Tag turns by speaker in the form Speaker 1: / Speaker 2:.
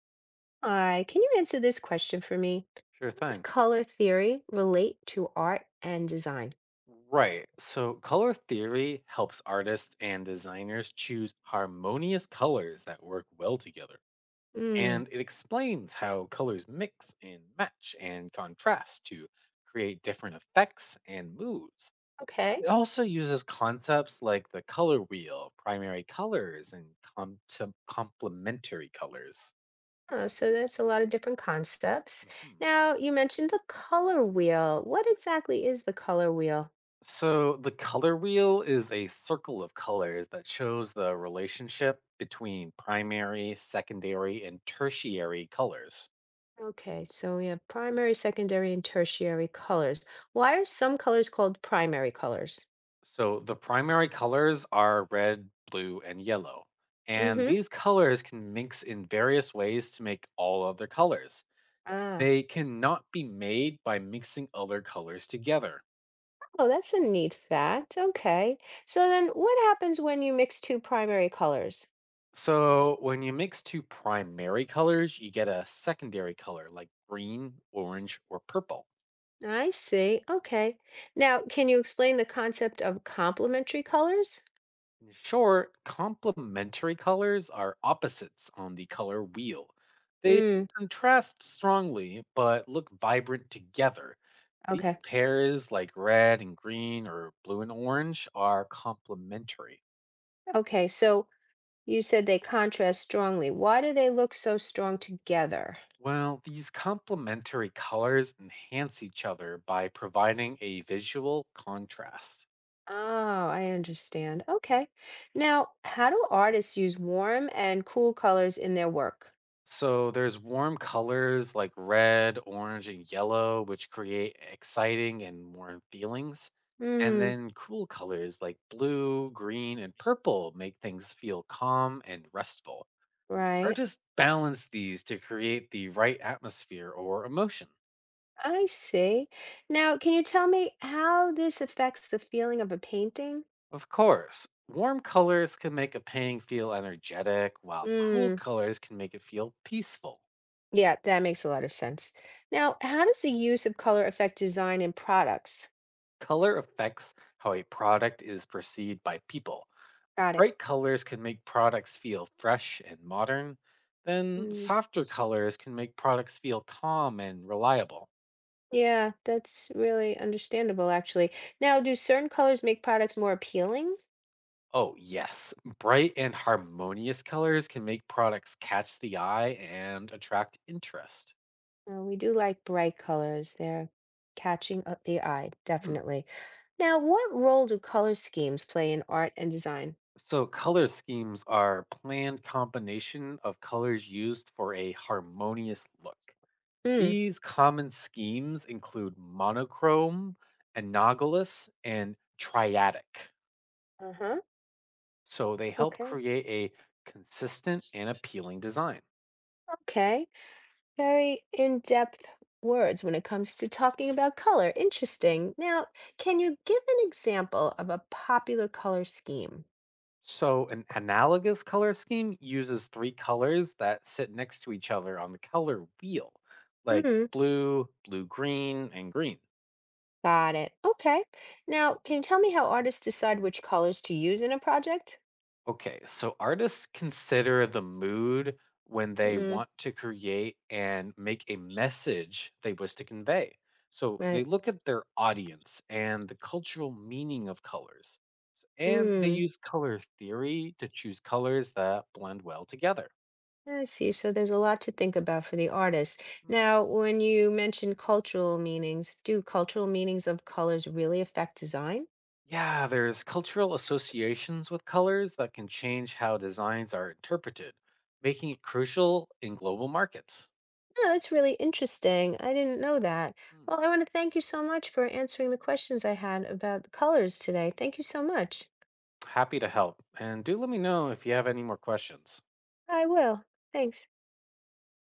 Speaker 1: Hi, can you answer this question for me?
Speaker 2: Sure
Speaker 1: How does
Speaker 2: thing.
Speaker 1: color theory relate to art and design?
Speaker 2: Right. So, color theory helps artists and designers choose harmonious colors that work well together.
Speaker 1: Mm,
Speaker 2: And it explains how colors mix and match and contrast to create different effects and moods.
Speaker 1: okay.
Speaker 2: It also uses concepts like the color wheel, primary colors, and com- complementary colors.
Speaker 1: Oh, so that's a lot of different concepts.
Speaker 2: Mhm.
Speaker 1: Now, you mentioned the color wheel. What exactly is the color wheel?
Speaker 2: So the color wheel is a circle of colors that shows the relationship between primary, secondary, and tertiary colors.
Speaker 1: Okay, so we have primary, secondary, and tertiary colors. Why are some colors called primary colors?
Speaker 2: So the primary colors are red, blue, and yellow. And
Speaker 1: Mm-hmm.
Speaker 2: these colors can mix in various ways to make all other colors.
Speaker 1: Ah,
Speaker 2: They cannot be made by mixing other colors together.
Speaker 1: oh, that's a neat fact. Okay. So then what happens when you mix two primary colors?
Speaker 2: So when you mix two primary colors, you get a secondary color like green, orange, or purple.
Speaker 1: I see. Okay. Now, can you explain the concept of complementary colors?
Speaker 2: In short, complementary colors are opposites on the color wheel. They
Speaker 1: Mm,
Speaker 2: contrast strongly but look vibrant together. These
Speaker 1: okay.
Speaker 2: pairs, like red and green or blue and orange, are complementary.
Speaker 1: Okay. So you said they contrast strongly. Why do they look so strong together?
Speaker 2: Well, these complementary colors enhance each other by providing a visual contrast.
Speaker 1: Oh, I understand. Okay. Now, how do artists use warm and cool colors in their work?
Speaker 2: So there's warm colors like red, orange, and yellow, which create exciting and warm feelings. And
Speaker 1: Hmm,
Speaker 2: then cool colors like blue, green, and purple make things feel calm and restful.
Speaker 1: right.
Speaker 2: Artists balance these to create the right atmosphere or emotion.
Speaker 1: I see. Now, can you tell me how this affects the feeling of a painting?
Speaker 2: Of course, warm colors can make a painting feel energetic, while cool
Speaker 1: Mm,
Speaker 2: colors can make it feel peaceful.
Speaker 1: yeah, that makes a lot of sense. Now, how does the use of color affect design in products?
Speaker 2: Color affects how a product is perceived by people.
Speaker 1: Got it.
Speaker 2: Bright colors can make products feel fresh and modern, then
Speaker 1: Mm,
Speaker 2: softer colors can make products feel calm and reliable.
Speaker 1: yeah, that's really understandable, actually. Now, do certain colors make products more appealing?
Speaker 2: Oh, yes, bright and harmonious colors can make products catch the eye and attract interest.
Speaker 1: We do like bright colors. They're catching up the eye,
Speaker 2: Hmm.
Speaker 1: definitely. Now, what role do color schemes play in art and design?
Speaker 2: So, color schemes are planned combination of colors used for a harmonious look.
Speaker 1: Hmm.
Speaker 2: These common schemes include monochrome, analogous, and triadic.
Speaker 1: Uh-huh.
Speaker 2: So they help
Speaker 1: Okay.
Speaker 2: create a consistent and appealing design.
Speaker 1: Okay. Very in-depth words when it comes to talking about color.
Speaker 2: Mhm.
Speaker 1: Interesting. Now, can you give an example of a popular color scheme?
Speaker 2: So an analogous color scheme uses three colors that sit next to each other on the color wheel, like
Speaker 1: Hmm,
Speaker 2: blue, blue green, and green.
Speaker 1: got it. Okay. Now, can you tell me how artists decide which colors to use in a project?
Speaker 2: Okay, so artists consider the mood when they
Speaker 1: Hmm,
Speaker 2: want to create and make a message they wish to convey. So they
Speaker 1: right.
Speaker 2: look at their audience and the cultural meaning of colors. And they
Speaker 1: Hmm,
Speaker 2: use color theory to choose colors that blend well together.
Speaker 1: I see. So there's a lot to think about for the artist.
Speaker 2: Hmm.
Speaker 1: Now, when you mentioned cultural meanings, do cultural meanings of colors really affect design?
Speaker 2: Yeah, there's cultural associations with colors that can change how designs are interpreted, making it crucial in global markets.
Speaker 1: Oh, that's really interesting. I didn't know that.
Speaker 2: Hmm.
Speaker 1: Well, I want to thank you so much for answering the questions I had about the colors today. Thank you so much.
Speaker 2: Happy to help. And do let me know if you have any more questions.
Speaker 1: I will. Thanks.